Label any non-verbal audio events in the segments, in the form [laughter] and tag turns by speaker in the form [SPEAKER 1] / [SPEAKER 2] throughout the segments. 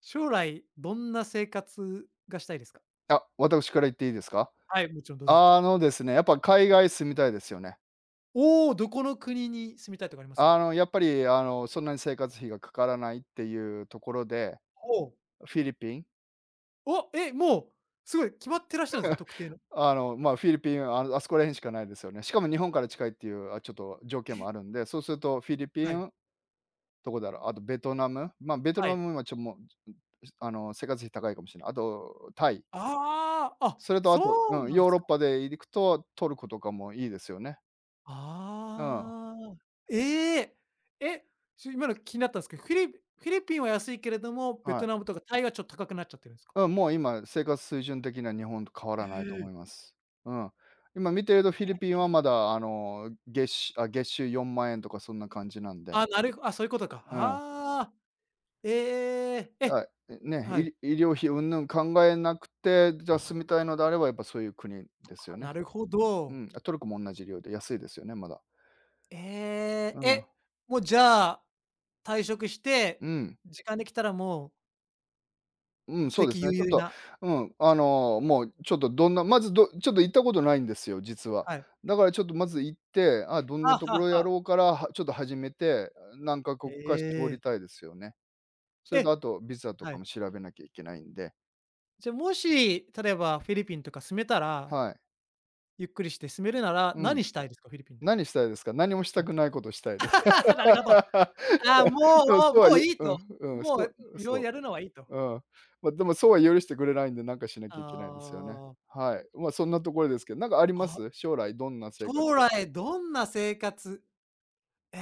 [SPEAKER 1] 将来、どんな生活がしたいですか？
[SPEAKER 2] あ、私から言っていいですか？
[SPEAKER 1] はい、もちろんどうぞ。
[SPEAKER 2] あのですね、やっぱ海外住みたいですよね。
[SPEAKER 1] おお、どこの国に住みたいとかあります？
[SPEAKER 2] やっぱり、そんなに生活費がかからないっていうところで、
[SPEAKER 1] ほう。
[SPEAKER 2] フィリピン、
[SPEAKER 1] お、え、もう、すごい決まってらっしゃるんですね、特定の。
[SPEAKER 2] まあ、フィリピン、あの、あそこら辺しかないですよね。しかも日本から近いっていう、あ、ちょっと条件もあるんで、そうするとフィリピ
[SPEAKER 1] はい。
[SPEAKER 2] ン、どこだろう、あとベトナム、まあ、ベト
[SPEAKER 1] は
[SPEAKER 2] ナ
[SPEAKER 1] い。
[SPEAKER 2] ムはちょっともう、あの、生活費高いかもしれない。あとタイ、
[SPEAKER 1] ああ、あ、
[SPEAKER 2] それとあと、
[SPEAKER 1] そう
[SPEAKER 2] うん、
[SPEAKER 1] なん
[SPEAKER 2] ヨー
[SPEAKER 1] す
[SPEAKER 2] ロッ
[SPEAKER 1] か。
[SPEAKER 2] パで行くとトルコとかもいいですよね。うん、は
[SPEAKER 1] ああ。ええ。え、ちょ、今の気になったんすけど、フィリピンは安いけれども、ベト
[SPEAKER 2] い。
[SPEAKER 1] ナムとかタイはちょっと高くなっちゃってるんすか？
[SPEAKER 2] うん、もう今、生活水準的には日本と変わ
[SPEAKER 1] え
[SPEAKER 2] らないと思いま
[SPEAKER 1] え。
[SPEAKER 2] す。うん。今見てるとフィリピンはまだあの、月収4万円とかそんな感じなんで。
[SPEAKER 1] あ、なるあ、そういうことか。
[SPEAKER 2] うん。
[SPEAKER 1] ああ、ええ。え、
[SPEAKER 2] だね、
[SPEAKER 1] はい。
[SPEAKER 2] 医療費云々考えなくて、じゃあ住みたいのであればやっぱそういう国ですよ
[SPEAKER 1] あ、
[SPEAKER 2] ね。
[SPEAKER 1] なるほ
[SPEAKER 2] う
[SPEAKER 1] ど。
[SPEAKER 2] ん、あトルコも同じ量で安いですよね、まだ。
[SPEAKER 1] え
[SPEAKER 2] う
[SPEAKER 1] え、
[SPEAKER 2] ん、
[SPEAKER 1] え、もうじゃあ、退職し
[SPEAKER 2] う
[SPEAKER 1] て、
[SPEAKER 2] ん。
[SPEAKER 1] 時間できたらもう
[SPEAKER 2] うん、
[SPEAKER 1] 自
[SPEAKER 2] そうで
[SPEAKER 1] 的
[SPEAKER 2] す
[SPEAKER 1] 優
[SPEAKER 2] ね。ちょっ
[SPEAKER 1] 々
[SPEAKER 2] と、
[SPEAKER 1] な、
[SPEAKER 2] うん、あの、もうちょっとどんなまず、どちょっと行ったことないんですよ、実は。
[SPEAKER 1] はい。
[SPEAKER 2] だからちょっとまず行って、あ、どんな
[SPEAKER 1] あ、
[SPEAKER 2] とこ
[SPEAKER 1] は
[SPEAKER 2] ろや
[SPEAKER 1] は
[SPEAKER 2] ろうから、はちょっと始めて、何カ
[SPEAKER 1] え
[SPEAKER 2] 国か絞り
[SPEAKER 1] え。
[SPEAKER 2] たいですよね。それとあ
[SPEAKER 1] え、
[SPEAKER 2] とビザと
[SPEAKER 1] は
[SPEAKER 2] かも
[SPEAKER 1] い。
[SPEAKER 2] 調べなきゃいけないんで、
[SPEAKER 1] じゃ、もし、例えばフィリピンとか住めたら、
[SPEAKER 2] はい。
[SPEAKER 1] ゆっくりして住めるなら、
[SPEAKER 2] うん。
[SPEAKER 1] 何したいですか？フィリピンで。
[SPEAKER 2] 何したいですか？何もした
[SPEAKER 1] はい。
[SPEAKER 2] くないことしたいです。
[SPEAKER 1] [laughs] なるほど。ああ、も
[SPEAKER 2] [laughs] でも
[SPEAKER 1] う
[SPEAKER 2] そうは
[SPEAKER 1] もう
[SPEAKER 2] 言う
[SPEAKER 1] いい
[SPEAKER 2] う
[SPEAKER 1] と。
[SPEAKER 2] んうん、
[SPEAKER 1] も
[SPEAKER 2] そ
[SPEAKER 1] う
[SPEAKER 2] う、
[SPEAKER 1] いろいろ
[SPEAKER 2] そ
[SPEAKER 1] やるのはいいと。
[SPEAKER 2] うん。まあ、でもそうは許してくれないんで、なんかしなきゃいけないですよね。
[SPEAKER 1] ああ、
[SPEAKER 2] はい。ま、そんなところですけど、なんかありま
[SPEAKER 1] あ、
[SPEAKER 2] す？将来どんな生活
[SPEAKER 1] 将来どんな生活、え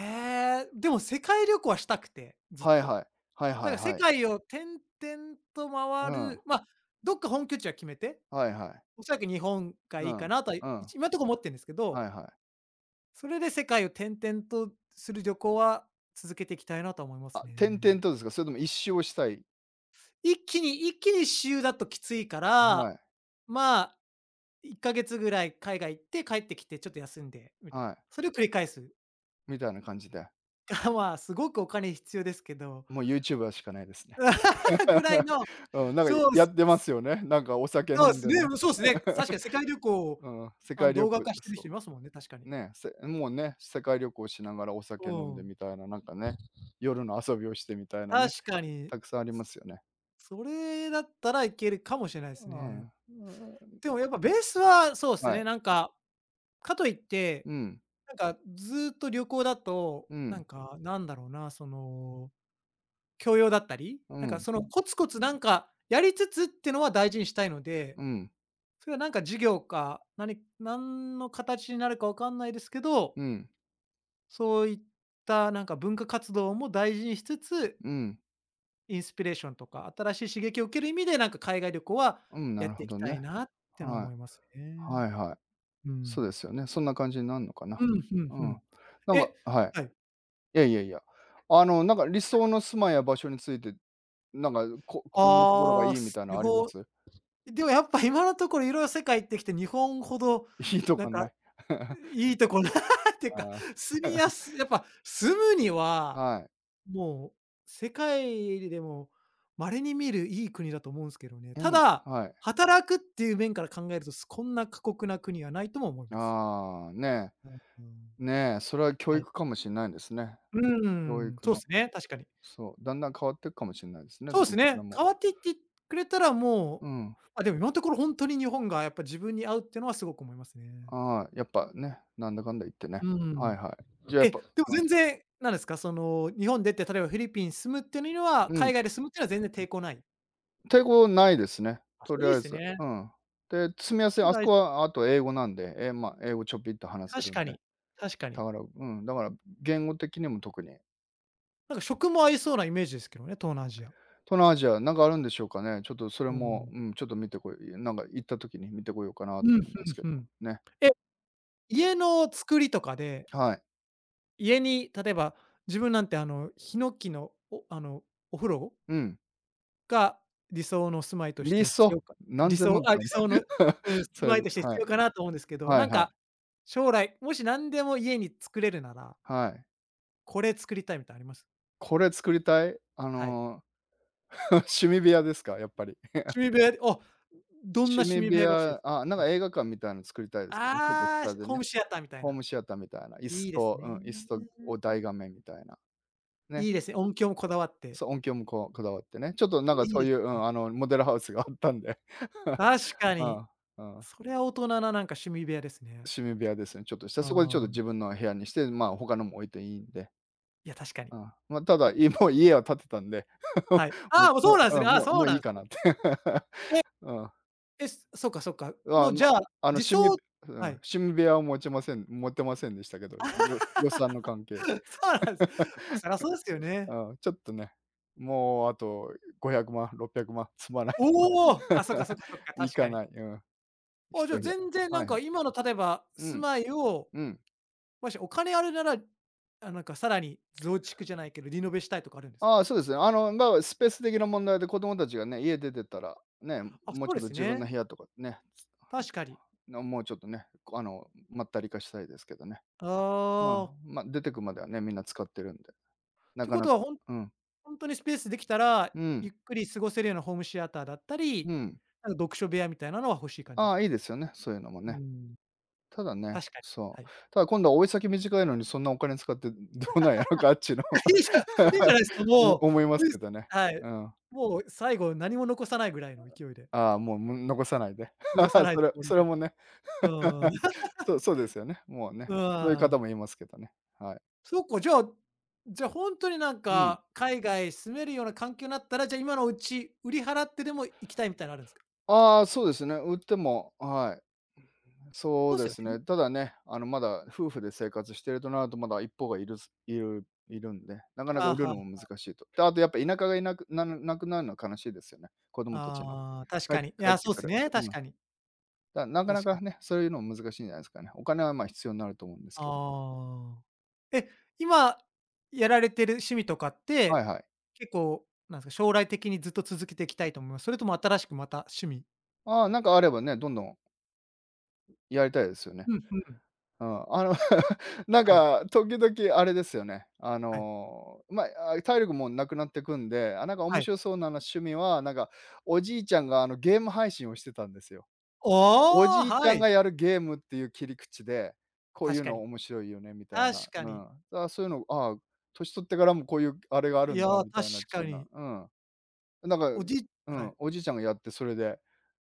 [SPEAKER 1] え、でも世界旅行はしたくて、ずっ
[SPEAKER 2] はい
[SPEAKER 1] と。
[SPEAKER 2] はい。はい
[SPEAKER 1] だ
[SPEAKER 2] は
[SPEAKER 1] か
[SPEAKER 2] い
[SPEAKER 1] ら世
[SPEAKER 2] はい。
[SPEAKER 1] 界を転々と
[SPEAKER 2] う
[SPEAKER 1] 回
[SPEAKER 2] ん。
[SPEAKER 1] る、まあ、どっか本拠地は決めて、
[SPEAKER 2] はいはい。
[SPEAKER 1] おそらく日本が
[SPEAKER 2] う
[SPEAKER 1] いいか
[SPEAKER 2] ん。
[SPEAKER 1] なとは、
[SPEAKER 2] うん。
[SPEAKER 1] 一今んとこ思ってんですけ
[SPEAKER 2] は
[SPEAKER 1] ど、
[SPEAKER 2] いはい。
[SPEAKER 1] それで世界を転々とする旅行は続けていきたいなとは思いま
[SPEAKER 2] あ、
[SPEAKER 1] すね。
[SPEAKER 2] 点々とですか？それとも一周をしたい
[SPEAKER 1] 一気に1周だときついか
[SPEAKER 2] は
[SPEAKER 1] ら、
[SPEAKER 2] い、
[SPEAKER 1] まあ、1ヶ月ぐらい海外行って帰ってきてちょっと休んでみたいな。
[SPEAKER 2] はい、
[SPEAKER 1] それを繰り返す。
[SPEAKER 2] みたいな感じで。
[SPEAKER 1] [laughs] が、まあ、すごくお金必要ですけど、
[SPEAKER 2] もうユーチューバーしかないですね。
[SPEAKER 1] [laughs] ぐらいの、
[SPEAKER 2] [laughs] うん、なんか
[SPEAKER 1] そうっ
[SPEAKER 2] や
[SPEAKER 1] す。
[SPEAKER 2] ってますよね。なんかお酒飲
[SPEAKER 1] そうで
[SPEAKER 2] ん
[SPEAKER 1] す
[SPEAKER 2] で
[SPEAKER 1] ね、う
[SPEAKER 2] ね。
[SPEAKER 1] ん、そうですね。確かに
[SPEAKER 2] [laughs]
[SPEAKER 1] 世界旅行を、
[SPEAKER 2] うん、世
[SPEAKER 1] あ
[SPEAKER 2] 界
[SPEAKER 1] の、
[SPEAKER 2] 旅
[SPEAKER 1] 動画
[SPEAKER 2] 行
[SPEAKER 1] 化してる人
[SPEAKER 2] そ
[SPEAKER 1] いますもんね、確か
[SPEAKER 2] う。
[SPEAKER 1] に。
[SPEAKER 2] もうね、世界旅行しながらお
[SPEAKER 1] う
[SPEAKER 2] 酒飲んで
[SPEAKER 1] ん。
[SPEAKER 2] みたいな、なんかね、夜の遊びをしてみたいな
[SPEAKER 1] 確
[SPEAKER 2] ね、
[SPEAKER 1] かに、
[SPEAKER 2] たくさんありますよね。
[SPEAKER 1] それだったらいけるかもしれないで
[SPEAKER 2] う
[SPEAKER 1] す
[SPEAKER 2] ん。う
[SPEAKER 1] ね。
[SPEAKER 2] ん。
[SPEAKER 1] でもやっぱベースはそうです
[SPEAKER 2] は
[SPEAKER 1] ね、
[SPEAKER 2] い。
[SPEAKER 1] なんか、かといって、
[SPEAKER 2] うん、
[SPEAKER 1] なんかずっと旅行だと、
[SPEAKER 2] う
[SPEAKER 1] な
[SPEAKER 2] ん、
[SPEAKER 1] んか、なんだろうな、その、教養だったり、
[SPEAKER 2] う
[SPEAKER 1] なんか
[SPEAKER 2] ん、
[SPEAKER 1] そのコツコツなんかやりつつってのは大事にしたいので、
[SPEAKER 2] うん、
[SPEAKER 1] それはなんか授業か、なんの形になるかわかんないですけど、
[SPEAKER 2] うん、
[SPEAKER 1] そういったなんか文化活動も大事にしつつ、
[SPEAKER 2] うん。
[SPEAKER 1] インスピレーションとか、新しい刺激を受ける意味で、なんか海外旅行は
[SPEAKER 2] うん、な
[SPEAKER 1] やっ
[SPEAKER 2] る
[SPEAKER 1] て
[SPEAKER 2] ほ
[SPEAKER 1] いき
[SPEAKER 2] どね。
[SPEAKER 1] たいなってのは
[SPEAKER 2] はい。
[SPEAKER 1] 思いますね。
[SPEAKER 2] はいはい。
[SPEAKER 1] う
[SPEAKER 2] そ
[SPEAKER 1] ん。
[SPEAKER 2] うですよね。そんな感じになるのかな。
[SPEAKER 1] うん、ふん
[SPEAKER 2] う
[SPEAKER 1] ふん。
[SPEAKER 2] ん。なんか
[SPEAKER 1] え、
[SPEAKER 2] はい。
[SPEAKER 1] はい。
[SPEAKER 2] いやいやいや。あの、なんか理想の住まいや場所について、[laughs] こんなところが
[SPEAKER 1] あ
[SPEAKER 2] い
[SPEAKER 1] あ、
[SPEAKER 2] いみ
[SPEAKER 1] す、
[SPEAKER 2] たいな
[SPEAKER 1] 旅
[SPEAKER 2] のありま
[SPEAKER 1] 行
[SPEAKER 2] す？
[SPEAKER 1] でもやっぱ今のところ色々世界行ってきて、日本ほど
[SPEAKER 2] [laughs] いいと
[SPEAKER 1] なん
[SPEAKER 2] か
[SPEAKER 1] か
[SPEAKER 2] ない？
[SPEAKER 1] いいところっ
[SPEAKER 2] [laughs]
[SPEAKER 1] ていうか、
[SPEAKER 2] ああ。
[SPEAKER 1] 住みやすやっぱ住むに
[SPEAKER 2] [laughs]
[SPEAKER 1] は
[SPEAKER 2] はい。
[SPEAKER 1] もう、世界でも稀に見るいい国だと思うんすけどね。
[SPEAKER 2] う
[SPEAKER 1] た
[SPEAKER 2] ん、
[SPEAKER 1] だ、
[SPEAKER 2] はい。
[SPEAKER 1] 働くっていう面から考えると、す、こんな過酷な国はないとも思います。
[SPEAKER 2] ああ、ね
[SPEAKER 1] うん、うん。
[SPEAKER 2] ねえ、それは教
[SPEAKER 1] はい。
[SPEAKER 2] 育かもしれないですね。
[SPEAKER 1] うー
[SPEAKER 2] 教
[SPEAKER 1] ん、
[SPEAKER 2] 育
[SPEAKER 1] そうっ
[SPEAKER 2] の。
[SPEAKER 1] すね、確かに。
[SPEAKER 2] そう、だんだん変わっていくかもしれないですね、
[SPEAKER 1] そ
[SPEAKER 2] で
[SPEAKER 1] うです
[SPEAKER 2] もそれ
[SPEAKER 1] ね、
[SPEAKER 2] も。
[SPEAKER 1] 変わっていってくれたらもう、
[SPEAKER 2] うん。
[SPEAKER 1] あ、でも今のところほんとに日本がやっぱ自分に合うってのはすごく思いますね。
[SPEAKER 2] ああ、やっぱね、なんだかんだ言ってね。
[SPEAKER 1] うー
[SPEAKER 2] はい
[SPEAKER 1] ん。
[SPEAKER 2] はい。じゃあやっ
[SPEAKER 1] え、で
[SPEAKER 2] ぱ
[SPEAKER 1] も
[SPEAKER 2] ま
[SPEAKER 1] 全然、なんですか、その、日本出て、例えばフィリピン住むっていうのには、
[SPEAKER 2] うん。
[SPEAKER 1] 海外で住むっていうのは全然抵抗ない？
[SPEAKER 2] 抵抗ないですね、
[SPEAKER 1] あ、
[SPEAKER 2] と
[SPEAKER 1] そ
[SPEAKER 2] り
[SPEAKER 1] れいいっ
[SPEAKER 2] あえ
[SPEAKER 1] す
[SPEAKER 2] ず。
[SPEAKER 1] ね。
[SPEAKER 2] うん。で、住みやすい、
[SPEAKER 1] それ
[SPEAKER 2] あそ
[SPEAKER 1] 大
[SPEAKER 2] こ
[SPEAKER 1] 事、
[SPEAKER 2] はあと英語なんで、え、まあ、英語ちょぴっと話せ
[SPEAKER 1] 確
[SPEAKER 2] るん
[SPEAKER 1] か
[SPEAKER 2] で。
[SPEAKER 1] に、確か
[SPEAKER 2] だ
[SPEAKER 1] に。
[SPEAKER 2] からうん、だから言語的にも特に。
[SPEAKER 1] なんか食も合いそうなイメージですけどね、東南アジア。
[SPEAKER 2] 東南アジアなんかあるんでしょうかね。ちょっとそれ
[SPEAKER 1] う
[SPEAKER 2] も、
[SPEAKER 1] ん。
[SPEAKER 2] うん、ちょっと見てこいなんか行った時に見てこようかなと
[SPEAKER 1] うん、
[SPEAKER 2] 思う
[SPEAKER 1] ふ
[SPEAKER 2] んです
[SPEAKER 1] ん
[SPEAKER 2] けど、
[SPEAKER 1] ふん。
[SPEAKER 2] ね。
[SPEAKER 1] え、家の作りとかで、
[SPEAKER 2] はい。
[SPEAKER 1] 家に例えば、自分なんてあの、ヒノキの、お、あの、お風呂
[SPEAKER 2] うん。
[SPEAKER 1] が理想の住まいとし
[SPEAKER 2] リ
[SPEAKER 1] て必
[SPEAKER 2] ソ
[SPEAKER 1] 要か、
[SPEAKER 2] 何
[SPEAKER 1] 理
[SPEAKER 2] 千
[SPEAKER 1] 想
[SPEAKER 2] 万
[SPEAKER 1] あ、
[SPEAKER 2] か
[SPEAKER 1] 理
[SPEAKER 2] ね。
[SPEAKER 1] 想の、うん、住
[SPEAKER 2] [laughs] それ
[SPEAKER 1] まい
[SPEAKER 2] で
[SPEAKER 1] として
[SPEAKER 2] は
[SPEAKER 1] 必
[SPEAKER 2] い。
[SPEAKER 1] 要かなと思うんですけど、
[SPEAKER 2] はい
[SPEAKER 1] なん
[SPEAKER 2] はい。
[SPEAKER 1] か、将来、もし何でも家に作れるなら、
[SPEAKER 2] はい。
[SPEAKER 1] これ作りたいみたいのあります？
[SPEAKER 2] これ作りたい。あ
[SPEAKER 1] はい。
[SPEAKER 2] の、[laughs] 趣味部屋ですか？やっぱり。
[SPEAKER 1] 趣味部屋で、あ、どんな
[SPEAKER 2] 趣
[SPEAKER 1] 趣
[SPEAKER 2] 味
[SPEAKER 1] 味
[SPEAKER 2] 部
[SPEAKER 1] 部屋が欲しいです？
[SPEAKER 2] 屋、あ、なん
[SPEAKER 1] はい。
[SPEAKER 2] か映画館みたいなの作りたいですよね、ちょっと
[SPEAKER 1] ああ、
[SPEAKER 2] 下で
[SPEAKER 1] ホー
[SPEAKER 2] ね。
[SPEAKER 1] ムシアターみたい
[SPEAKER 2] ホー
[SPEAKER 1] な。
[SPEAKER 2] ムシアターみたいな、
[SPEAKER 1] いいですね。
[SPEAKER 2] 椅子とを大画面みたいな、ね。
[SPEAKER 1] いいですね、音響もこだわって。
[SPEAKER 2] そう、音響もこうこだわってね。ちょっとなんか
[SPEAKER 1] いい
[SPEAKER 2] そう
[SPEAKER 1] で
[SPEAKER 2] い
[SPEAKER 1] す。
[SPEAKER 2] う、うん、あの、モデルハウスがあったんで。
[SPEAKER 1] 確か
[SPEAKER 2] [laughs] う
[SPEAKER 1] に。
[SPEAKER 2] ん、うん。
[SPEAKER 1] それは大人なな、んか趣味部屋ですね。
[SPEAKER 2] 趣味部屋ですね、ちょっとした。
[SPEAKER 1] あ
[SPEAKER 2] そこでちょっと
[SPEAKER 1] あ、
[SPEAKER 2] 自分の部屋にして、まあ、他のも置いていいんで。
[SPEAKER 1] いや、確かに。
[SPEAKER 2] うん。まあ、ただ、もう家は建てたんで、
[SPEAKER 1] はい。
[SPEAKER 2] [laughs] も
[SPEAKER 1] ああ、もう
[SPEAKER 2] う
[SPEAKER 1] そう
[SPEAKER 2] も
[SPEAKER 1] なんで
[SPEAKER 2] う、
[SPEAKER 1] す
[SPEAKER 2] う
[SPEAKER 1] ね。
[SPEAKER 2] ん、
[SPEAKER 1] ああ、
[SPEAKER 2] もう
[SPEAKER 1] そ
[SPEAKER 2] も
[SPEAKER 1] う
[SPEAKER 2] うい
[SPEAKER 1] な
[SPEAKER 2] い
[SPEAKER 1] んす
[SPEAKER 2] かなって。[laughs]
[SPEAKER 1] ね。
[SPEAKER 2] うん。
[SPEAKER 1] え、え、そっかそっか。も
[SPEAKER 2] あ、
[SPEAKER 1] うじ
[SPEAKER 2] ま
[SPEAKER 1] ゃあ、
[SPEAKER 2] あ、あの、
[SPEAKER 1] 自
[SPEAKER 2] 趣味
[SPEAKER 1] 走、
[SPEAKER 2] うん、
[SPEAKER 1] はい。
[SPEAKER 2] 趣味部屋を持ちません持ってませんでしたけど、予算の関係で。
[SPEAKER 1] [laughs] そうなんです。ま、そりゃそうですよね。
[SPEAKER 2] うん、ちょっとね、もうあと500万、600万積まない。
[SPEAKER 1] おお！あ、そっかそっ
[SPEAKER 2] [laughs]
[SPEAKER 1] かそっか、
[SPEAKER 2] い
[SPEAKER 1] 確か
[SPEAKER 2] か
[SPEAKER 1] に。
[SPEAKER 2] ない、うん、
[SPEAKER 1] あ、じゃ
[SPEAKER 2] 1
[SPEAKER 1] あ
[SPEAKER 2] 部屋。
[SPEAKER 1] 全然な
[SPEAKER 2] は
[SPEAKER 1] ん
[SPEAKER 2] いは
[SPEAKER 1] か
[SPEAKER 2] い。
[SPEAKER 1] 今の例えば
[SPEAKER 2] う
[SPEAKER 1] 住
[SPEAKER 2] ん、
[SPEAKER 1] まいを、
[SPEAKER 2] うん。
[SPEAKER 1] もしお金あるなら、あ、なんかさらに増築じゃないけど、リノベしたいとかあるんですか？
[SPEAKER 2] ああ、そうですね。あの、まあ、スペース的な問題で子供たちがね、家出てたら、ね、
[SPEAKER 1] あ、
[SPEAKER 2] もう
[SPEAKER 1] そう
[SPEAKER 2] ちょ
[SPEAKER 1] で
[SPEAKER 2] っと
[SPEAKER 1] す
[SPEAKER 2] 自分の
[SPEAKER 1] ね。
[SPEAKER 2] 部屋とかね、
[SPEAKER 1] 確かに。
[SPEAKER 2] のもうちょっとね、あの、まったり化したいですけどね。
[SPEAKER 1] あ
[SPEAKER 2] うん、
[SPEAKER 1] あ。
[SPEAKER 2] まあ、出てくまではね、みんな使ってるんで、
[SPEAKER 1] っ
[SPEAKER 2] な
[SPEAKER 1] て
[SPEAKER 2] か
[SPEAKER 1] こ
[SPEAKER 2] な
[SPEAKER 1] と
[SPEAKER 2] か、
[SPEAKER 1] は、
[SPEAKER 2] うん、
[SPEAKER 1] ほんとにスペースできたら、
[SPEAKER 2] う
[SPEAKER 1] ゆ
[SPEAKER 2] ん、
[SPEAKER 1] っくり過ごせるようなホームシアターだった
[SPEAKER 2] う
[SPEAKER 1] り、
[SPEAKER 2] ん。
[SPEAKER 1] なんか読書部屋みたいなのは欲しい感じで
[SPEAKER 2] あ
[SPEAKER 1] す
[SPEAKER 2] あ、
[SPEAKER 1] か？
[SPEAKER 2] いいですよね、そういうのも
[SPEAKER 1] うー
[SPEAKER 2] ね。
[SPEAKER 1] ん、
[SPEAKER 2] ただね、
[SPEAKER 1] 確かに、
[SPEAKER 2] そ
[SPEAKER 1] は
[SPEAKER 2] う、
[SPEAKER 1] い。
[SPEAKER 2] ただ今度は追い先短いのにそんなお金使ってどうなんやろか、あっちの。
[SPEAKER 1] [laughs] いいじいいじゃないすか、
[SPEAKER 2] [laughs]
[SPEAKER 1] も
[SPEAKER 2] 思いま
[SPEAKER 1] う、
[SPEAKER 2] す
[SPEAKER 1] うい
[SPEAKER 2] け
[SPEAKER 1] す、
[SPEAKER 2] どね。
[SPEAKER 1] はい。
[SPEAKER 2] うん。
[SPEAKER 1] もう最後何も残さないぐらいの勢いで、
[SPEAKER 2] ああ、もう、残さないで。
[SPEAKER 1] 残さ
[SPEAKER 2] [laughs]
[SPEAKER 1] な
[SPEAKER 2] そ
[SPEAKER 1] い
[SPEAKER 2] れ
[SPEAKER 1] つもり
[SPEAKER 2] それ
[SPEAKER 1] で。
[SPEAKER 2] もね。
[SPEAKER 1] うんうん。[laughs]
[SPEAKER 2] [laughs] そうですよね。もう
[SPEAKER 1] う
[SPEAKER 2] ね。そういう
[SPEAKER 1] ー
[SPEAKER 2] 方
[SPEAKER 1] ん。
[SPEAKER 2] もいますけどね。はい。
[SPEAKER 1] そっか、じゃあ、じゃ、ほんとになん
[SPEAKER 2] うん。
[SPEAKER 1] か、海外住めるような環境なったら、じゃ、今のうち売り払ってでも行きたいみたいのあるんすか？
[SPEAKER 2] ああ、そうですね。売ってもはい。そう
[SPEAKER 1] そう
[SPEAKER 2] で
[SPEAKER 1] すよ
[SPEAKER 2] す
[SPEAKER 1] ね。
[SPEAKER 2] ね。ただね、あの、まだ夫婦で生活してるとなると、まだ一方がいるすいるいるんで、なかなか
[SPEAKER 1] ああ、
[SPEAKER 2] 売る
[SPEAKER 1] は
[SPEAKER 2] のも
[SPEAKER 1] あ、
[SPEAKER 2] 難しいと。で、あとやっぱ田舎がいなくななくなるのは悲しいですよね。子供たちの。
[SPEAKER 1] ああ、確
[SPEAKER 2] 帰
[SPEAKER 1] かに。い
[SPEAKER 2] 帰っ
[SPEAKER 1] や、
[SPEAKER 2] て
[SPEAKER 1] そうっ
[SPEAKER 2] く
[SPEAKER 1] す
[SPEAKER 2] る。
[SPEAKER 1] ね、
[SPEAKER 2] う
[SPEAKER 1] 確
[SPEAKER 2] ん。
[SPEAKER 1] かに。
[SPEAKER 2] だ、なか
[SPEAKER 1] 確
[SPEAKER 2] な
[SPEAKER 1] か
[SPEAKER 2] か
[SPEAKER 1] に。
[SPEAKER 2] ね、そういうのも難しいんじゃないですかね。お金は、ま、必要になると思うんですけど。
[SPEAKER 1] ああ。え、今やられてる趣味とかっ
[SPEAKER 2] はい
[SPEAKER 1] て、
[SPEAKER 2] はい。
[SPEAKER 1] 結構、なんですか、将来的にずっと続けていきたいと思います？それとも新しくまた趣味、
[SPEAKER 2] ああ、なんかあればね、どんどんやりたいですよね。
[SPEAKER 1] うん、うん。
[SPEAKER 2] うん。あの [laughs]、なん
[SPEAKER 1] はい、
[SPEAKER 2] か時々あれですよね。あ
[SPEAKER 1] はい、
[SPEAKER 2] の、ま、あ、体力もなくなってくんで、あ、なんか面
[SPEAKER 1] はい。
[SPEAKER 2] 白そうな、趣味は、なんかおじいちゃんが、あの、ゲーム配信をしてたんですよ。お
[SPEAKER 1] ああ、
[SPEAKER 2] じいち
[SPEAKER 1] は
[SPEAKER 2] ゃんが
[SPEAKER 1] い。
[SPEAKER 2] やるゲームっていう切り口で、こうい
[SPEAKER 1] 確
[SPEAKER 2] う
[SPEAKER 1] か
[SPEAKER 2] の
[SPEAKER 1] に。
[SPEAKER 2] 面白いよねみたいな。
[SPEAKER 1] 確か
[SPEAKER 2] う
[SPEAKER 1] に。
[SPEAKER 2] ん。あそういうの、ああ、年取ってからもこういうあれがある
[SPEAKER 1] い
[SPEAKER 2] ん
[SPEAKER 1] や、
[SPEAKER 2] だみた
[SPEAKER 1] 確
[SPEAKER 2] いなって
[SPEAKER 1] か
[SPEAKER 2] いうな。
[SPEAKER 1] に。
[SPEAKER 2] うん。なんか、う
[SPEAKER 1] は
[SPEAKER 2] ん、
[SPEAKER 1] い、
[SPEAKER 2] おじいちゃんがやって、それで、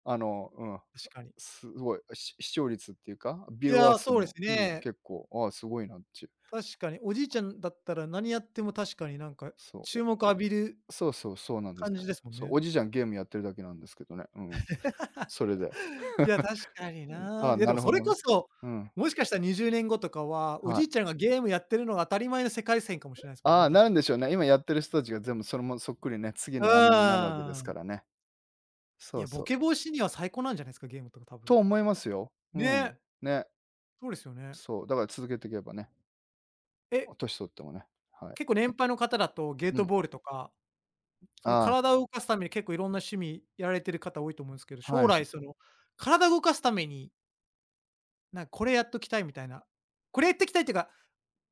[SPEAKER 2] あの、うん、
[SPEAKER 1] 確かに。
[SPEAKER 2] すごい、視聴率っていうか、ビ
[SPEAKER 1] い
[SPEAKER 2] ューアー
[SPEAKER 1] や、
[SPEAKER 2] 数
[SPEAKER 1] そうです
[SPEAKER 2] も、うん、
[SPEAKER 1] ね。
[SPEAKER 2] 結構、ああ、すごいなっちゅう。
[SPEAKER 1] 確かに。おじいちゃんだったら何やっても確かになんか
[SPEAKER 2] そう、
[SPEAKER 1] 注目浴びる
[SPEAKER 2] そうなんです
[SPEAKER 1] 感
[SPEAKER 2] よ。
[SPEAKER 1] じですもん
[SPEAKER 2] そう、
[SPEAKER 1] ね。
[SPEAKER 2] おじいちゃんゲームやってるだけなんですけどね、うん。それで、
[SPEAKER 1] [laughs] いや、確かに
[SPEAKER 2] あ
[SPEAKER 1] な。
[SPEAKER 2] あ、
[SPEAKER 1] いや、
[SPEAKER 2] な
[SPEAKER 1] でも
[SPEAKER 2] るほ
[SPEAKER 1] それ
[SPEAKER 2] ど
[SPEAKER 1] こ
[SPEAKER 2] ね。
[SPEAKER 1] そ、
[SPEAKER 2] うん、
[SPEAKER 1] もしかしたら20年後とかは、お
[SPEAKER 2] は
[SPEAKER 1] じいち
[SPEAKER 2] い。
[SPEAKER 1] ゃんがゲームやってるのが当たり前の世界線かもしれないですもん
[SPEAKER 2] あ
[SPEAKER 1] ね、
[SPEAKER 2] あ、な
[SPEAKER 1] 確
[SPEAKER 2] る
[SPEAKER 1] か、
[SPEAKER 2] んでしょうね。今やってる人たちが全部それもそっくりね、次
[SPEAKER 1] う
[SPEAKER 2] のあれになるわけです
[SPEAKER 1] ー
[SPEAKER 2] か
[SPEAKER 1] ん。
[SPEAKER 2] らね。
[SPEAKER 1] い
[SPEAKER 2] そ
[SPEAKER 1] や、
[SPEAKER 2] う
[SPEAKER 1] ボ
[SPEAKER 2] そう。
[SPEAKER 1] ケ防止には最高なんじゃないですか、ゲームとか多分。
[SPEAKER 2] と思いますよ。うん。
[SPEAKER 1] ね、
[SPEAKER 2] ね。
[SPEAKER 1] そうですよね。
[SPEAKER 2] そう、だから続けていけばね、
[SPEAKER 1] え、
[SPEAKER 2] 年取ってもね、はい。
[SPEAKER 1] 結構年配の方だとゲー
[SPEAKER 2] う
[SPEAKER 1] ト
[SPEAKER 2] ん。
[SPEAKER 1] ボールとか、
[SPEAKER 2] あ
[SPEAKER 1] その
[SPEAKER 2] あ、はい
[SPEAKER 1] 体を動かすために結構いろんな趣味やられてる方多いと思うんですけど、
[SPEAKER 2] は
[SPEAKER 1] 将
[SPEAKER 2] い。
[SPEAKER 1] 来その、体動かすために、なんかこれやっときたいみたいな、これやってきたいっていうか、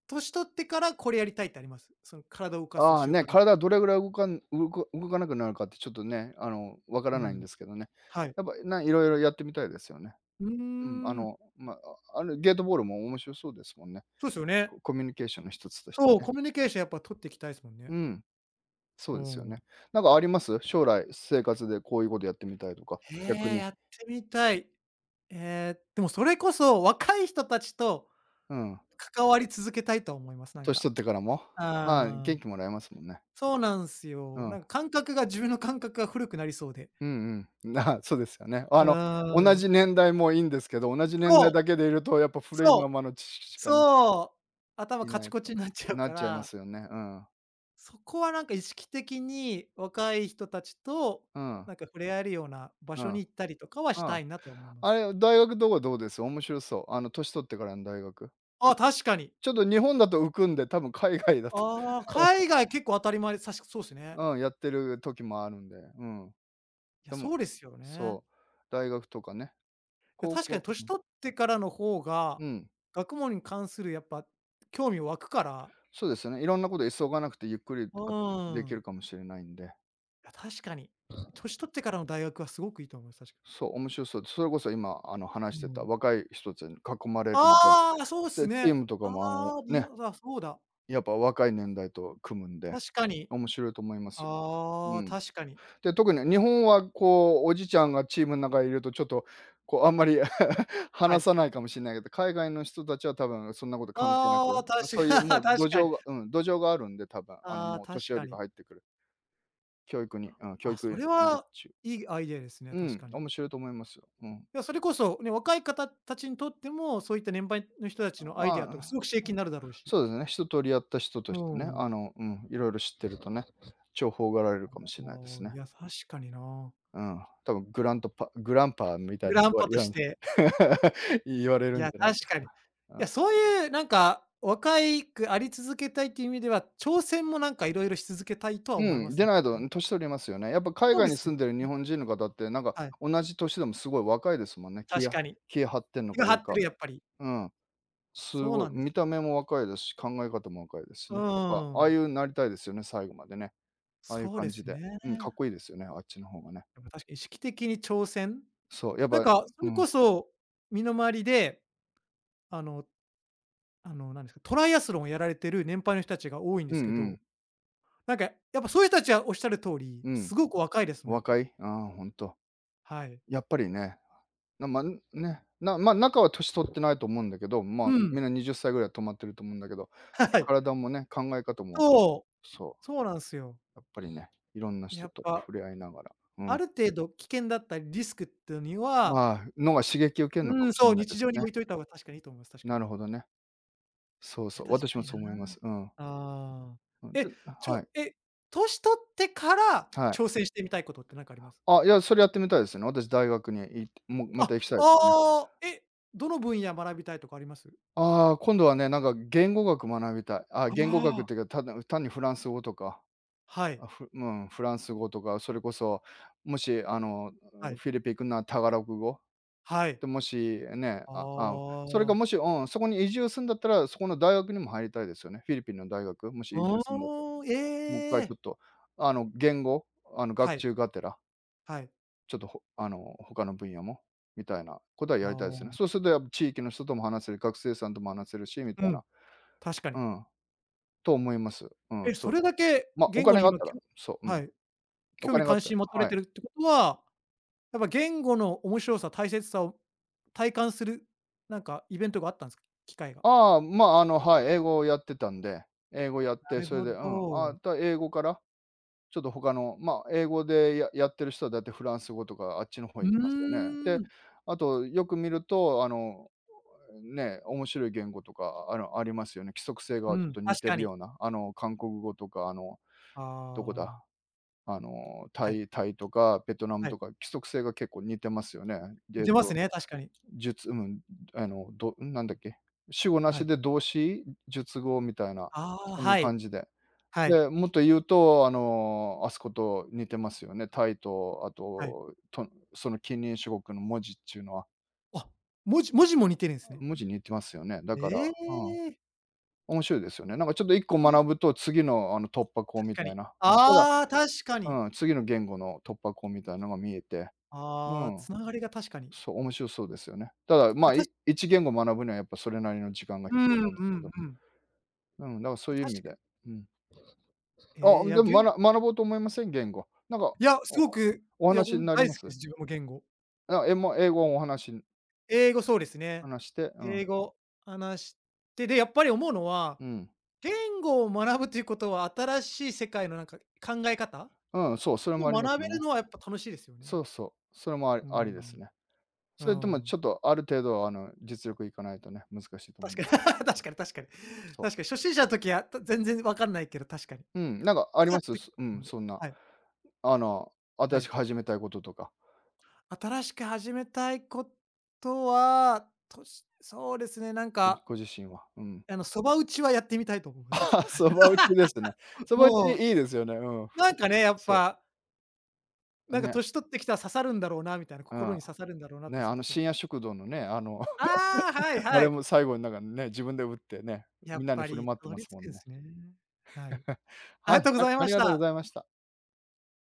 [SPEAKER 1] 年取ってからこれやりたいってあります？その体を動かす
[SPEAKER 2] ああ、
[SPEAKER 1] 習
[SPEAKER 2] ね、
[SPEAKER 1] 慣。
[SPEAKER 2] 体どれぐらい動かなくなるかってちょっとね、あの、わから
[SPEAKER 1] う
[SPEAKER 2] ないんで
[SPEAKER 1] ん。
[SPEAKER 2] すけどね。
[SPEAKER 1] はい。
[SPEAKER 2] やっぱ、色々やってみたいですよね。
[SPEAKER 1] うー
[SPEAKER 2] うん、あ
[SPEAKER 1] ん、
[SPEAKER 2] の、ま、ああの、ゲートボールも面白そうですもんね。
[SPEAKER 1] そうですよね。
[SPEAKER 2] コミュニケーションの一つとして
[SPEAKER 1] そう、
[SPEAKER 2] ね。
[SPEAKER 1] コミュニケーションやっぱ取っていきたいですもん
[SPEAKER 2] う
[SPEAKER 1] ね。
[SPEAKER 2] ん、そ
[SPEAKER 1] う
[SPEAKER 2] うですよ
[SPEAKER 1] ん。
[SPEAKER 2] ね。なんかあります？将来、生活でこういうことやってみたいとか、
[SPEAKER 1] へ
[SPEAKER 2] 逆
[SPEAKER 1] え、
[SPEAKER 2] に。
[SPEAKER 1] やってみたい。ええ、でもそれこそ若い人たちと
[SPEAKER 2] うん、
[SPEAKER 1] 関わり続けたいと思います、なん
[SPEAKER 2] 年
[SPEAKER 1] か。
[SPEAKER 2] 取ってからも。まあ、
[SPEAKER 1] ああ、
[SPEAKER 2] 元気もらえますもんね。
[SPEAKER 1] そうなんす
[SPEAKER 2] う
[SPEAKER 1] よ。
[SPEAKER 2] ん。
[SPEAKER 1] なんか感覚が自分の感覚が古くなりそうで。
[SPEAKER 2] うんうん。[laughs] そうですよね。
[SPEAKER 1] う
[SPEAKER 2] 同
[SPEAKER 1] ー
[SPEAKER 2] じ
[SPEAKER 1] ん。
[SPEAKER 2] 年代もいいんですけど、同じ年
[SPEAKER 1] そ
[SPEAKER 2] 代
[SPEAKER 1] う、
[SPEAKER 2] だけでいるとやっぱ古いま
[SPEAKER 1] そう、
[SPEAKER 2] まの知識しかね、
[SPEAKER 1] そう。頭
[SPEAKER 2] い
[SPEAKER 1] カ
[SPEAKER 2] な
[SPEAKER 1] チ
[SPEAKER 2] い
[SPEAKER 1] コ
[SPEAKER 2] と、
[SPEAKER 1] チになっちゃう
[SPEAKER 2] なっ
[SPEAKER 1] か
[SPEAKER 2] ちゃいま
[SPEAKER 1] ら、
[SPEAKER 2] すよね。うん。
[SPEAKER 1] そこはなんか意識的に若い人たちと、
[SPEAKER 2] うん。
[SPEAKER 1] なんか触れ合えるような場
[SPEAKER 2] う
[SPEAKER 1] 所
[SPEAKER 2] ん。
[SPEAKER 1] に行ったりとかは
[SPEAKER 2] う
[SPEAKER 1] した
[SPEAKER 2] ん。
[SPEAKER 1] いなと思いま
[SPEAKER 2] あ
[SPEAKER 1] す。
[SPEAKER 2] れ、大学とかどうです？面白そう。年取ってからの大学。
[SPEAKER 1] あ、確かに。
[SPEAKER 2] ちょっと日本だと浮くんで、多分海外だと、
[SPEAKER 1] ああ、海外結構当たり前で、確かそうですね。
[SPEAKER 2] うん、やってる時もあるんで、うん。
[SPEAKER 1] いや、
[SPEAKER 2] でも
[SPEAKER 1] そうですよね。
[SPEAKER 2] そう、大学とかね、
[SPEAKER 1] いや、
[SPEAKER 2] 高
[SPEAKER 1] 確かに
[SPEAKER 2] 校、
[SPEAKER 1] 年取ってからの方が、
[SPEAKER 2] うん、
[SPEAKER 1] 学問に関するやっぱ興味湧くから、
[SPEAKER 2] そうですよね。いろんなこと急がなくてゆっくり、
[SPEAKER 1] う
[SPEAKER 2] あと、
[SPEAKER 1] ー
[SPEAKER 2] できる
[SPEAKER 1] ん。
[SPEAKER 2] かもしれないんで、
[SPEAKER 1] いや、確かに。年取ってからの大学はすごくいいと思います、確かに。
[SPEAKER 2] そう、面白そう。それこそ今、話
[SPEAKER 1] う
[SPEAKER 2] してた
[SPEAKER 1] ん。
[SPEAKER 2] 若い人たちに囲まれるんで、
[SPEAKER 1] ああ、そうっす
[SPEAKER 2] で、チー
[SPEAKER 1] ね。
[SPEAKER 2] ムとか
[SPEAKER 1] あ
[SPEAKER 2] も、
[SPEAKER 1] あ、いや、
[SPEAKER 2] ね、
[SPEAKER 1] だ、そうだ。
[SPEAKER 2] やっぱ若い年代と組むんで、
[SPEAKER 1] 確かに。
[SPEAKER 2] 面白いと思います。う
[SPEAKER 1] ああ、
[SPEAKER 2] ん。
[SPEAKER 1] 確かに。
[SPEAKER 2] で、特に日本はこう、おじちゃんがチームの中にいるとちょっと、こう、あんまり [laughs]
[SPEAKER 1] は
[SPEAKER 2] 話
[SPEAKER 1] い。
[SPEAKER 2] さないかもしれないけど、海外の人たちは多分そんなこと関係な
[SPEAKER 1] あ
[SPEAKER 2] く、
[SPEAKER 1] あ、
[SPEAKER 2] ま
[SPEAKER 1] 確
[SPEAKER 2] そういうも
[SPEAKER 1] か、 [laughs]
[SPEAKER 2] う
[SPEAKER 1] 確
[SPEAKER 2] 土
[SPEAKER 1] かに。
[SPEAKER 2] 壌がうん、土壌があるんで、多分、
[SPEAKER 1] ああ、
[SPEAKER 2] もう年
[SPEAKER 1] 確
[SPEAKER 2] 寄
[SPEAKER 1] か
[SPEAKER 2] りが
[SPEAKER 1] に。
[SPEAKER 2] 入ってくる。教育に、うん、教
[SPEAKER 1] あ、
[SPEAKER 2] 育
[SPEAKER 1] それ
[SPEAKER 2] にいる、
[SPEAKER 1] は
[SPEAKER 2] う。
[SPEAKER 1] いいアイデアですね、確
[SPEAKER 2] ん、
[SPEAKER 1] かに。
[SPEAKER 2] 面白いと思いますよ。うん。
[SPEAKER 1] いや、それこそね、若い方たちにとっても、そういった年配の人たちのアイ
[SPEAKER 2] ま
[SPEAKER 1] デアとかす
[SPEAKER 2] あ、
[SPEAKER 1] ごく刺激になるだろうし。
[SPEAKER 2] そうですね、一通りやった人と
[SPEAKER 1] う
[SPEAKER 2] してね、
[SPEAKER 1] ん。
[SPEAKER 2] うん、いろいろ知ってるとね、重宝がられる
[SPEAKER 1] あ
[SPEAKER 2] かもしれないです
[SPEAKER 1] あ、い
[SPEAKER 2] ね。
[SPEAKER 1] や、確かにな。
[SPEAKER 2] うん、多分グランパーみたい
[SPEAKER 1] グ
[SPEAKER 2] に
[SPEAKER 1] ラン
[SPEAKER 2] 言わ
[SPEAKER 1] パ
[SPEAKER 2] れ [laughs] 言
[SPEAKER 1] と
[SPEAKER 2] わ
[SPEAKER 1] し
[SPEAKER 2] れ
[SPEAKER 1] て、
[SPEAKER 2] [laughs] 言われ
[SPEAKER 1] い
[SPEAKER 2] るん
[SPEAKER 1] や、
[SPEAKER 2] じゃない
[SPEAKER 1] 確
[SPEAKER 2] です
[SPEAKER 1] かに。い
[SPEAKER 2] か。
[SPEAKER 1] や、そういうなんか、若いくあり続けたいっていう意味では、挑戦もなんかいろいろし続けたいとは
[SPEAKER 2] うん
[SPEAKER 1] 思い
[SPEAKER 2] う
[SPEAKER 1] ま
[SPEAKER 2] ん、
[SPEAKER 1] す
[SPEAKER 2] で
[SPEAKER 1] ね。
[SPEAKER 2] ないと年取りますよね。やっぱ海
[SPEAKER 1] そう
[SPEAKER 2] 外
[SPEAKER 1] で
[SPEAKER 2] に
[SPEAKER 1] すよ。
[SPEAKER 2] 住んでる日本人の方って、なんか
[SPEAKER 1] はい、
[SPEAKER 2] 同じ年でもすごい若いですもんね。
[SPEAKER 1] 確かに。
[SPEAKER 2] 気張ってんの
[SPEAKER 1] 気
[SPEAKER 2] か
[SPEAKER 1] が張
[SPEAKER 2] どう
[SPEAKER 1] って
[SPEAKER 2] か。
[SPEAKER 1] る、やっぱり。
[SPEAKER 2] うん、す
[SPEAKER 1] そう
[SPEAKER 2] ご
[SPEAKER 1] な
[SPEAKER 2] い、
[SPEAKER 1] んです。
[SPEAKER 2] 見た目も若いですし、考え方も若いですし
[SPEAKER 1] う
[SPEAKER 2] ね。やっぱああい
[SPEAKER 1] ん。
[SPEAKER 2] うなりたいですよね、最後までね。ああいう
[SPEAKER 1] そうで
[SPEAKER 2] 感じ
[SPEAKER 1] す
[SPEAKER 2] で。
[SPEAKER 1] ね。
[SPEAKER 2] うん、かっこいいですよね、あっちの方がね。
[SPEAKER 1] やっぱ確かに意識的に挑戦。
[SPEAKER 2] そう、やっ
[SPEAKER 1] なん
[SPEAKER 2] ぱ、
[SPEAKER 1] かそ
[SPEAKER 2] う
[SPEAKER 1] れ
[SPEAKER 2] ん、
[SPEAKER 1] こそ、身の回りで、あのあの、なんですか、トライアスロンをやられてる年配の人たちが多いんで
[SPEAKER 2] うん
[SPEAKER 1] すけ
[SPEAKER 2] う
[SPEAKER 1] ど、
[SPEAKER 2] ん、
[SPEAKER 1] なんかやっぱそういう人たちはおっしゃる通り、
[SPEAKER 2] う
[SPEAKER 1] す
[SPEAKER 2] ん、
[SPEAKER 1] ごく若いですもん、やっ
[SPEAKER 2] 若
[SPEAKER 1] ぱ。
[SPEAKER 2] い、ああ、ほんと。
[SPEAKER 1] はい。
[SPEAKER 2] やっぱりね、な、ま、ん、ね、なまねなま中は年取ってないと思うんだけど、ま
[SPEAKER 1] う
[SPEAKER 2] あ、
[SPEAKER 1] ん。
[SPEAKER 2] みんな20歳ぐらいは止まってると思うんだけど、
[SPEAKER 1] [laughs]
[SPEAKER 2] ね、
[SPEAKER 1] はい。
[SPEAKER 2] 体もね、考え方も、
[SPEAKER 1] そ
[SPEAKER 2] そ
[SPEAKER 1] う、そうなんすよ。
[SPEAKER 2] う、やっぱりね、いろんな人
[SPEAKER 1] やっ
[SPEAKER 2] と
[SPEAKER 1] ぱ、
[SPEAKER 2] 触れ合いながら、う
[SPEAKER 1] あ
[SPEAKER 2] ん。
[SPEAKER 1] る程度危険だったりリスクってのには、
[SPEAKER 2] ああ、のが刺激を受けんのか
[SPEAKER 1] うん、
[SPEAKER 2] もしれ
[SPEAKER 1] そう、
[SPEAKER 2] ないで
[SPEAKER 1] 日
[SPEAKER 2] す
[SPEAKER 1] 常に
[SPEAKER 2] ね。
[SPEAKER 1] 置いといた方が確かにいいと思います、確か
[SPEAKER 2] な
[SPEAKER 1] に。
[SPEAKER 2] るほどね。そう
[SPEAKER 1] いや、
[SPEAKER 2] そう、
[SPEAKER 1] 確
[SPEAKER 2] 私
[SPEAKER 1] か
[SPEAKER 2] も
[SPEAKER 1] に
[SPEAKER 2] そう思いま
[SPEAKER 1] な。
[SPEAKER 2] す。うん。
[SPEAKER 1] ああ。
[SPEAKER 2] うん、
[SPEAKER 1] え、ち
[SPEAKER 2] は
[SPEAKER 1] ょ
[SPEAKER 2] い、
[SPEAKER 1] え、年取ってから
[SPEAKER 2] はい。
[SPEAKER 1] 挑戦してみたいことって何かあります？
[SPEAKER 2] あ、いや、それやってみたいですね。私大学にも
[SPEAKER 1] あ、
[SPEAKER 2] また行きたいですね。
[SPEAKER 1] ああ、え、どの分野学びたいとかあります？
[SPEAKER 2] ああ、今度はね、なんか言語学学びたい。あ、
[SPEAKER 1] あ
[SPEAKER 2] 言語学っ
[SPEAKER 1] あ、
[SPEAKER 2] ていうか、ただ単にフランス語とか、
[SPEAKER 1] はい、
[SPEAKER 2] うん、フランス語とか、それこそ、もし、
[SPEAKER 1] はい、
[SPEAKER 2] フィリピン行くならタガログ語。
[SPEAKER 1] はい。
[SPEAKER 2] で、もしね、あ
[SPEAKER 1] あ
[SPEAKER 2] あ、それが
[SPEAKER 1] あ。
[SPEAKER 2] もし、うん、そこに移住するんだったら、そこの大学にも入りたいですよね。フィリピンの大学、もし移
[SPEAKER 1] あ
[SPEAKER 2] 住するんだったら。
[SPEAKER 1] あ、え
[SPEAKER 2] もう一回ち
[SPEAKER 1] え。
[SPEAKER 2] ょっと、言語、
[SPEAKER 1] は
[SPEAKER 2] 学
[SPEAKER 1] い、
[SPEAKER 2] 習がてら、
[SPEAKER 1] はい。
[SPEAKER 2] ちょっと、ほあの、他の分野も、みたいなことは
[SPEAKER 1] あ
[SPEAKER 2] やりたいですね。そう
[SPEAKER 1] あ、
[SPEAKER 2] するとやっぱ地域の人とも話せる、学生さんとも話せるし、み
[SPEAKER 1] う
[SPEAKER 2] たい
[SPEAKER 1] ん、
[SPEAKER 2] な。
[SPEAKER 1] 確かに。
[SPEAKER 2] うん、と思います。うん、
[SPEAKER 1] え、
[SPEAKER 2] そ
[SPEAKER 1] そ
[SPEAKER 2] う。
[SPEAKER 1] れだけ
[SPEAKER 2] まあ、お
[SPEAKER 1] 言語
[SPEAKER 2] 金
[SPEAKER 1] に
[SPEAKER 2] があっ
[SPEAKER 1] 今
[SPEAKER 2] た
[SPEAKER 1] き
[SPEAKER 2] ら、
[SPEAKER 1] ょ
[SPEAKER 2] そう、う
[SPEAKER 1] は
[SPEAKER 2] ん、
[SPEAKER 1] い、
[SPEAKER 2] お
[SPEAKER 1] 興味
[SPEAKER 2] 金があっ
[SPEAKER 1] 関
[SPEAKER 2] たら、
[SPEAKER 1] 心持たれ
[SPEAKER 2] はい。
[SPEAKER 1] てるってことは、やっぱ言語の面白さ、大切さを体感する、なんかイベントがあったんすか？機会が。
[SPEAKER 2] ああ、まあ、はい、英語をやってたんで、英語やっ
[SPEAKER 1] な
[SPEAKER 2] て、
[SPEAKER 1] る
[SPEAKER 2] それ
[SPEAKER 1] ほ
[SPEAKER 2] で、うん、
[SPEAKER 1] ど。
[SPEAKER 2] 英語から、ちょっと他の、まあ、英語でややってる人はだいたいフランス語とかあっちの方
[SPEAKER 1] う
[SPEAKER 2] 行きますよね。
[SPEAKER 1] ー
[SPEAKER 2] で、
[SPEAKER 1] ん。
[SPEAKER 2] あとよく見ると、ね、面白い言語とか、ありますよね。規則性が
[SPEAKER 1] う
[SPEAKER 2] ちょっ
[SPEAKER 1] ん、
[SPEAKER 2] と似
[SPEAKER 1] 確
[SPEAKER 2] て
[SPEAKER 1] か
[SPEAKER 2] る
[SPEAKER 1] に。
[SPEAKER 2] ような、韓国語とか、
[SPEAKER 1] あ
[SPEAKER 2] どこ
[SPEAKER 1] あ、
[SPEAKER 2] だ、タ
[SPEAKER 1] はい、
[SPEAKER 2] イタイとかベトナム
[SPEAKER 1] は
[SPEAKER 2] と
[SPEAKER 1] い。
[SPEAKER 2] か規則性が結構似てますよね。
[SPEAKER 1] 似
[SPEAKER 2] で、
[SPEAKER 1] てます
[SPEAKER 2] と
[SPEAKER 1] ね、確かに。
[SPEAKER 2] 術、うん、どなんだっけ、主語な
[SPEAKER 1] は
[SPEAKER 2] し
[SPEAKER 1] い。
[SPEAKER 2] で動詞、述語みたいな、
[SPEAKER 1] ああ、
[SPEAKER 2] そんな
[SPEAKER 1] は
[SPEAKER 2] 感
[SPEAKER 1] い。
[SPEAKER 2] じで。
[SPEAKER 1] はい、
[SPEAKER 2] で、もっと言うと、あそこと似てますよね。タイと、あ
[SPEAKER 1] はい。
[SPEAKER 2] と、とその近隣諸国の文字っちゅうのは、
[SPEAKER 1] あ、文字も似てるんですね。
[SPEAKER 2] 文字似てますよね。だから、
[SPEAKER 1] え
[SPEAKER 2] うん、
[SPEAKER 1] え。
[SPEAKER 2] 面白いですよね。なんかちょっと1個
[SPEAKER 1] な
[SPEAKER 2] 学ぶと、次のあの突破口
[SPEAKER 1] 確
[SPEAKER 2] み
[SPEAKER 1] か
[SPEAKER 2] たい
[SPEAKER 1] に。
[SPEAKER 2] な、うん、ただ、
[SPEAKER 1] ああ、確かに。
[SPEAKER 2] うん、次の言語の突破口みたいなのが見えて、う
[SPEAKER 1] ああ、
[SPEAKER 2] ん、
[SPEAKER 1] 繋がりが確かに。
[SPEAKER 2] そう、面白そうですよね。ただ、ま
[SPEAKER 1] や、
[SPEAKER 2] あ、
[SPEAKER 1] たし
[SPEAKER 2] 1言語学ぶにはやっぱそれなりの時間が
[SPEAKER 1] う
[SPEAKER 2] 必要
[SPEAKER 1] ん
[SPEAKER 2] なんで
[SPEAKER 1] う
[SPEAKER 2] すけ
[SPEAKER 1] ん
[SPEAKER 2] ど。
[SPEAKER 1] うん。
[SPEAKER 2] うん、だからそういう
[SPEAKER 1] 確
[SPEAKER 2] 意味
[SPEAKER 1] か
[SPEAKER 2] で。うん。あ、
[SPEAKER 1] ええ、いや、
[SPEAKER 2] でも、
[SPEAKER 1] げん
[SPEAKER 2] 学ぼうと思いません？言語。なんか、
[SPEAKER 1] いや、す
[SPEAKER 2] お
[SPEAKER 1] ごく、
[SPEAKER 2] お
[SPEAKER 1] いや、ほ
[SPEAKER 2] 話に
[SPEAKER 1] ん
[SPEAKER 2] なり
[SPEAKER 1] 大
[SPEAKER 2] ま
[SPEAKER 1] 好き
[SPEAKER 2] す？
[SPEAKER 1] です、自分も言語。
[SPEAKER 2] あ、英語をお話
[SPEAKER 1] 英語そうですね。
[SPEAKER 2] 話して、うん、
[SPEAKER 1] 英語話して、で、やっぱり思うのは
[SPEAKER 2] うん、
[SPEAKER 1] 言語を学ぶということは、新しい世界のなんか考え方
[SPEAKER 2] うん、そう、それ
[SPEAKER 1] を
[SPEAKER 2] もあり
[SPEAKER 1] 学
[SPEAKER 2] ます
[SPEAKER 1] べ
[SPEAKER 2] よ
[SPEAKER 1] る
[SPEAKER 2] ね。
[SPEAKER 1] のはやっぱ楽しいですよね。
[SPEAKER 2] そうそう、それもあり
[SPEAKER 1] う
[SPEAKER 2] ありです
[SPEAKER 1] ん。
[SPEAKER 2] ね。
[SPEAKER 1] う
[SPEAKER 2] それともち
[SPEAKER 1] ん。
[SPEAKER 2] ょっとある程度、実力いかないとね、難しいと思う
[SPEAKER 1] 確
[SPEAKER 2] ん
[SPEAKER 1] か
[SPEAKER 2] で
[SPEAKER 1] に
[SPEAKER 2] すけど、
[SPEAKER 1] [laughs] 確かに確かに。
[SPEAKER 2] そう。
[SPEAKER 1] 確かに初心者の時は、た全然わかんないけど、確かに。
[SPEAKER 2] うん、なんかあ
[SPEAKER 1] 分
[SPEAKER 2] り
[SPEAKER 1] か
[SPEAKER 2] ま
[SPEAKER 1] っ
[SPEAKER 2] す？
[SPEAKER 1] てく
[SPEAKER 2] うん、
[SPEAKER 1] る
[SPEAKER 2] そんな、
[SPEAKER 1] はい、
[SPEAKER 2] あの、
[SPEAKER 1] は
[SPEAKER 2] 新し
[SPEAKER 1] い。
[SPEAKER 2] く始めたいこととか、
[SPEAKER 1] 新しく始めたいことは、としそうですね、なんか、
[SPEAKER 2] ご自身は。うん。
[SPEAKER 1] あの、そば打ちはやってみたいと思い
[SPEAKER 2] [laughs]
[SPEAKER 1] ます、いつ
[SPEAKER 2] ああ、
[SPEAKER 1] か。
[SPEAKER 2] そば打ちですね。
[SPEAKER 1] [laughs]
[SPEAKER 2] そば打ちい
[SPEAKER 1] も
[SPEAKER 2] い
[SPEAKER 1] う、
[SPEAKER 2] ですよね、うん。
[SPEAKER 1] なんかね、やっ
[SPEAKER 2] そ
[SPEAKER 1] ぱ、
[SPEAKER 2] う、
[SPEAKER 1] なんか
[SPEAKER 2] ね、
[SPEAKER 1] 年取ってきたら刺さるんだろうなみたいな、
[SPEAKER 2] う
[SPEAKER 1] 心
[SPEAKER 2] ん。
[SPEAKER 1] に刺さるんだろうな
[SPEAKER 2] ね、
[SPEAKER 1] と、そ
[SPEAKER 2] あ
[SPEAKER 1] う
[SPEAKER 2] の
[SPEAKER 1] ちょっ
[SPEAKER 2] 深夜
[SPEAKER 1] と
[SPEAKER 2] 食堂のね、あの、[laughs]
[SPEAKER 1] ああ、はい
[SPEAKER 2] あ
[SPEAKER 1] は
[SPEAKER 2] れ
[SPEAKER 1] い。
[SPEAKER 2] も最後になんかね、自分で打ってね、
[SPEAKER 1] や
[SPEAKER 2] み
[SPEAKER 1] っ
[SPEAKER 2] んなに
[SPEAKER 1] ぱ
[SPEAKER 2] 振る
[SPEAKER 1] り
[SPEAKER 2] 舞って
[SPEAKER 1] たど
[SPEAKER 2] ま
[SPEAKER 1] り
[SPEAKER 2] す
[SPEAKER 1] 着
[SPEAKER 2] も
[SPEAKER 1] く
[SPEAKER 2] ん
[SPEAKER 1] ん
[SPEAKER 2] ね。
[SPEAKER 1] すね。はい。あ
[SPEAKER 2] は
[SPEAKER 1] り
[SPEAKER 2] い、
[SPEAKER 1] がとうござい
[SPEAKER 2] あ
[SPEAKER 1] ま
[SPEAKER 2] り
[SPEAKER 1] し
[SPEAKER 2] がとうご
[SPEAKER 1] た。
[SPEAKER 2] ざいました。